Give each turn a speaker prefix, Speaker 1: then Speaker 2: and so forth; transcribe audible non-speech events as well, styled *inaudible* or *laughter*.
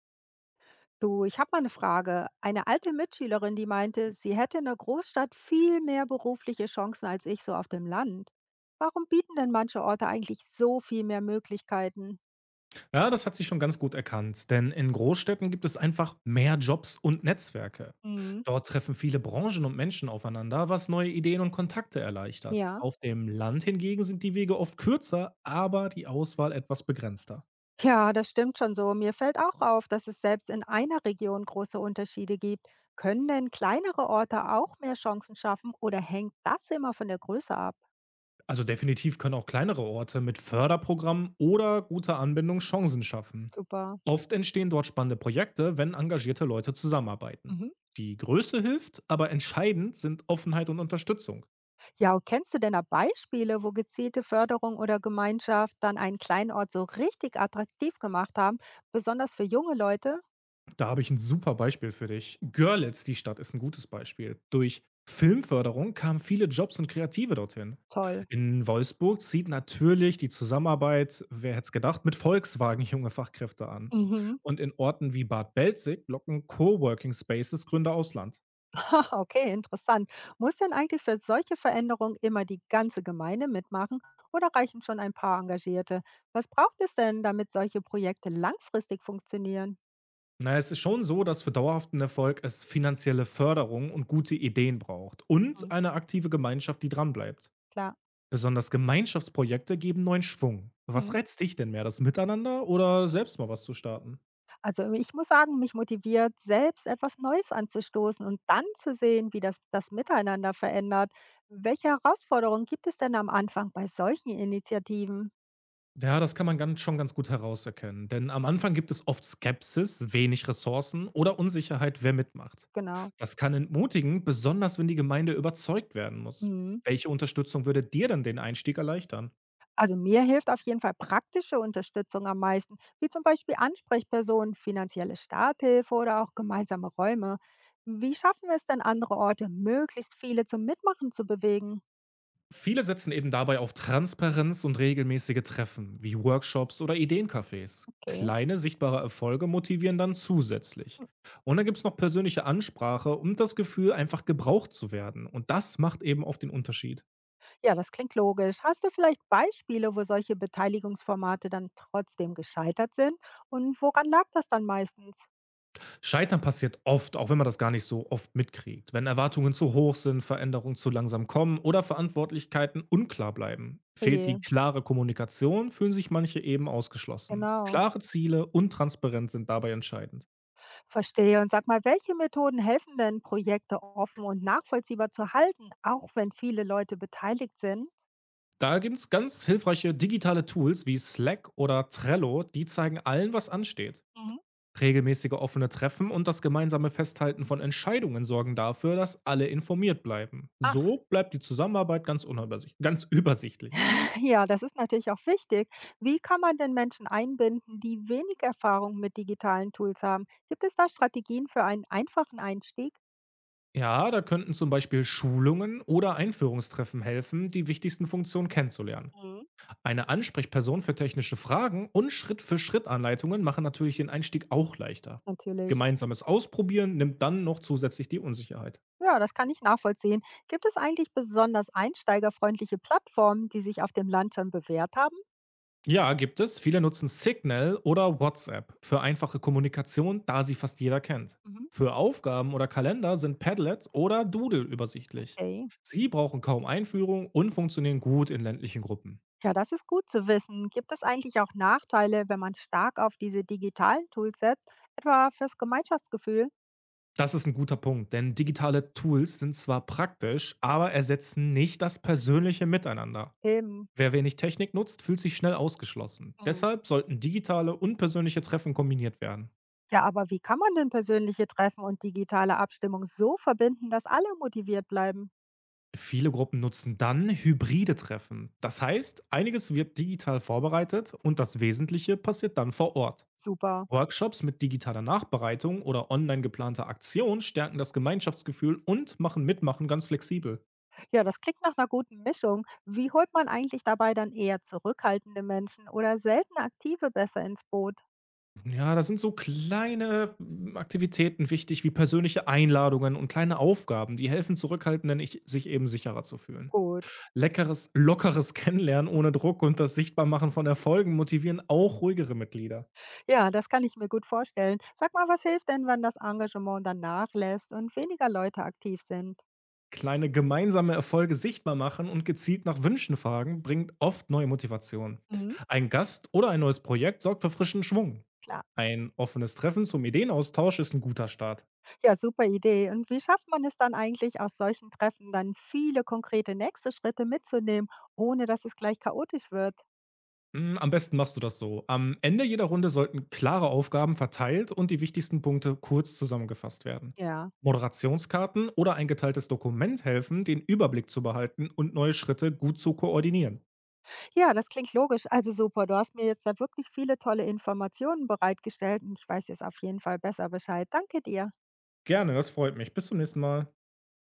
Speaker 1: Du, ich habe mal eine Frage. Eine alte Mitschülerin, die meinte, sie hätte in der Großstadt viel mehr berufliche Chancen als ich so auf dem Land. Warum bieten denn manche Orte eigentlich so viel mehr Möglichkeiten?
Speaker 2: Ja, das hat sie schon ganz gut erkannt, denn in Großstädten gibt es einfach mehr Jobs und Netzwerke.
Speaker 1: Mhm.
Speaker 2: Dort treffen viele Branchen und Menschen aufeinander, was neue Ideen und Kontakte erleichtert.
Speaker 1: Ja.
Speaker 2: Auf dem Land hingegen sind die Wege oft kürzer, aber die Auswahl etwas begrenzter.
Speaker 1: Ja, das stimmt schon so. Mir fällt auch auf, dass es selbst in einer Region große Unterschiede gibt. Können denn kleinere Orte auch mehr Chancen schaffen oder hängt das immer von der Größe ab?
Speaker 2: Also definitiv können auch kleinere Orte mit Förderprogrammen oder guter Anbindung Chancen schaffen.
Speaker 1: Super.
Speaker 2: Oft entstehen dort spannende Projekte, wenn engagierte Leute zusammenarbeiten.
Speaker 1: Mhm.
Speaker 2: Die Größe hilft, aber entscheidend sind Offenheit und Unterstützung.
Speaker 1: Ja, und kennst du denn da Beispiele, wo gezielte Förderung oder Gemeinschaft dann einen Kleinort so richtig attraktiv gemacht haben, besonders für junge Leute?
Speaker 2: Da habe ich ein super Beispiel für dich. Görlitz, die Stadt, ist ein gutes Beispiel. Durch Filmförderung kamen viele Jobs und Kreative dorthin.
Speaker 1: Toll.
Speaker 2: In Wolfsburg zieht natürlich die Zusammenarbeit, wer hätte es gedacht, mit Volkswagen junge Fachkräfte an.
Speaker 1: Mhm. *laughs*
Speaker 2: Und in Orten wie Bad Belzig locken Coworking Spaces Gründer aus Land.
Speaker 1: Ha, okay, interessant. Muss denn eigentlich für solche Veränderungen immer die ganze Gemeinde mitmachen oder reichen schon ein paar Engagierte? Was braucht es denn, damit solche Projekte langfristig funktionieren?
Speaker 2: Na, es ist schon so, dass für dauerhaften Erfolg es finanzielle Förderung und gute Ideen braucht und
Speaker 1: Hm,
Speaker 2: eine aktive Gemeinschaft, die dranbleibt.
Speaker 1: klar.
Speaker 2: Besonders Gemeinschaftsprojekte geben neuen Schwung.
Speaker 1: Hm.
Speaker 2: Was reizt dich denn mehr, das Miteinander oder selbst mal was zu starten?
Speaker 1: Also, ich muss sagen, mich motiviert, selbst etwas Neues anzustoßen und dann zu sehen, wie das Miteinander verändert. Welche Herausforderungen gibt es denn am Anfang bei solchen Initiativen?
Speaker 2: Ja, das kann man schon ganz gut herauserkennen, denn am Anfang gibt es oft Skepsis, wenig Ressourcen oder Unsicherheit, wer mitmacht.
Speaker 1: Genau.
Speaker 2: Das kann entmutigen, besonders wenn die Gemeinde überzeugt werden muss.
Speaker 1: Mhm.
Speaker 2: Welche Unterstützung würde dir denn den Einstieg erleichtern?
Speaker 1: Also mir hilft auf jeden Fall praktische Unterstützung am meisten, wie zum Beispiel Ansprechpersonen, finanzielle Starthilfe oder auch gemeinsame Räume. Wie schaffen wir es denn, andere Orte möglichst viele zum Mitmachen zu bewegen?
Speaker 2: Viele setzen eben dabei auf Transparenz und regelmäßige Treffen, wie Workshops oder Ideencafés.
Speaker 1: Okay.
Speaker 2: Kleine, sichtbare Erfolge motivieren dann zusätzlich. Und dann gibt es noch persönliche Ansprache und das Gefühl, einfach gebraucht zu werden. Und das macht eben oft den Unterschied.
Speaker 1: Ja, das klingt logisch. Hast du vielleicht Beispiele, wo solche Beteiligungsformate dann trotzdem gescheitert sind? Und woran lag das dann meistens?
Speaker 2: Scheitern passiert oft, auch wenn man das gar nicht so oft mitkriegt. Wenn Erwartungen zu hoch sind, Veränderungen zu langsam kommen oder Verantwortlichkeiten unklar bleiben. Fehlt
Speaker 1: Oje,
Speaker 2: die klare Kommunikation, fühlen sich manche eben ausgeschlossen.
Speaker 1: genau.
Speaker 2: Klare Ziele und Transparenz sind dabei entscheidend.
Speaker 1: Verstehe. Und sag mal, welche Methoden helfen denn, Projekte offen und nachvollziehbar zu halten, auch wenn viele Leute beteiligt sind?
Speaker 2: Da gibt es ganz hilfreiche digitale Tools wie Slack oder Trello, die zeigen allen, was ansteht.
Speaker 1: Mhm.
Speaker 2: Regelmäßige offene Treffen und das gemeinsame Festhalten von Entscheidungen sorgen dafür, dass alle informiert bleiben.
Speaker 1: Ach,
Speaker 2: So bleibt die Zusammenarbeit ganz übersichtlich.
Speaker 1: *laughs* ja, das ist natürlich auch wichtig. Wie kann man denn Menschen einbinden, die wenig Erfahrung mit digitalen Tools haben? Gibt es da Strategien für einen einfachen Einstieg?
Speaker 2: Ja, da könnten zum Beispiel Schulungen oder Einführungstreffen helfen, die wichtigsten Funktionen kennenzulernen.
Speaker 1: Mhm.
Speaker 2: Eine Ansprechperson für technische Fragen und Schritt-für-Schritt-Anleitungen machen natürlich den Einstieg auch leichter.
Speaker 1: Natürlich.
Speaker 2: Gemeinsames Ausprobieren nimmt dann noch zusätzlich die Unsicherheit.
Speaker 1: Ja, das kann ich nachvollziehen. Gibt es eigentlich besonders einsteigerfreundliche Plattformen, die sich auf dem Land schon bewährt haben?
Speaker 2: Ja, gibt es. Viele nutzen Signal oder WhatsApp für einfache Kommunikation, da sie fast jeder kennt.
Speaker 1: Mhm.
Speaker 2: Für Aufgaben oder Kalender sind Padlets oder Doodle übersichtlich.
Speaker 1: Okay.
Speaker 2: Sie brauchen kaum Einführung und funktionieren gut in ländlichen Gruppen.
Speaker 1: Ja, das ist gut zu wissen. Gibt es eigentlich auch Nachteile, wenn man stark auf diese digitalen Tools setzt, etwa fürs Gemeinschaftsgefühl?
Speaker 2: Das ist ein guter Punkt, denn digitale Tools sind zwar praktisch, aber ersetzen nicht das persönliche Miteinander.
Speaker 1: Eben.
Speaker 2: Wer wenig Technik nutzt, fühlt sich schnell ausgeschlossen.
Speaker 1: Mhm.
Speaker 2: Deshalb sollten digitale und persönliche Treffen kombiniert werden.
Speaker 1: Ja, aber wie kann man denn persönliche Treffen und digitale Abstimmung so verbinden, dass alle motiviert bleiben?
Speaker 2: Viele Gruppen nutzen dann hybride Treffen. Das heißt, einiges wird digital vorbereitet und das Wesentliche passiert dann vor Ort.
Speaker 1: Super.
Speaker 2: Workshops mit digitaler Nachbereitung oder online geplanter Aktion stärken das Gemeinschaftsgefühl und machen Mitmachen ganz flexibel.
Speaker 1: Ja, das klingt nach einer guten Mischung. Wie holt man eigentlich dabei dann eher zurückhaltende Menschen oder selten aktive besser ins Boot?
Speaker 2: Ja, da sind so kleine Aktivitäten wichtig, wie persönliche Einladungen und kleine Aufgaben, die helfen Zurückhaltenden, sich eben sicherer zu fühlen.
Speaker 1: Gut.
Speaker 2: Leckeres, lockeres Kennenlernen ohne Druck und das Sichtbarmachen von Erfolgen motivieren auch ruhigere Mitglieder.
Speaker 1: Ja, das kann ich mir gut vorstellen. Sag mal, was hilft denn, wenn das Engagement dann nachlässt und weniger Leute aktiv sind?
Speaker 2: Kleine gemeinsame Erfolge sichtbar machen und gezielt nach Wünschen fragen bringt oft neue Motivation.
Speaker 1: Mhm,
Speaker 2: Ein Gast oder ein neues Projekt sorgt für frischen Schwung.
Speaker 1: klar.
Speaker 2: Ein offenes Treffen zum Ideenaustausch ist ein guter Start.
Speaker 1: Ja, super Idee. Und wie schafft man es dann eigentlich aus solchen Treffen dann viele konkrete nächste Schritte mitzunehmen, ohne dass es gleich chaotisch wird?
Speaker 2: Am besten machst du das so. Am Ende jeder Runde sollten klare Aufgaben verteilt und die wichtigsten Punkte kurz zusammengefasst werden.
Speaker 1: Ja.
Speaker 2: Moderationskarten oder ein geteiltes Dokument helfen, den Überblick zu behalten und neue Schritte gut zu koordinieren.
Speaker 1: Ja, das klingt logisch. Also super, du hast mir jetzt da wirklich viele tolle Informationen bereitgestellt und ich weiß jetzt auf jeden Fall besser Bescheid. Danke dir.
Speaker 2: Gerne, das freut mich. Bis zum nächsten Mal.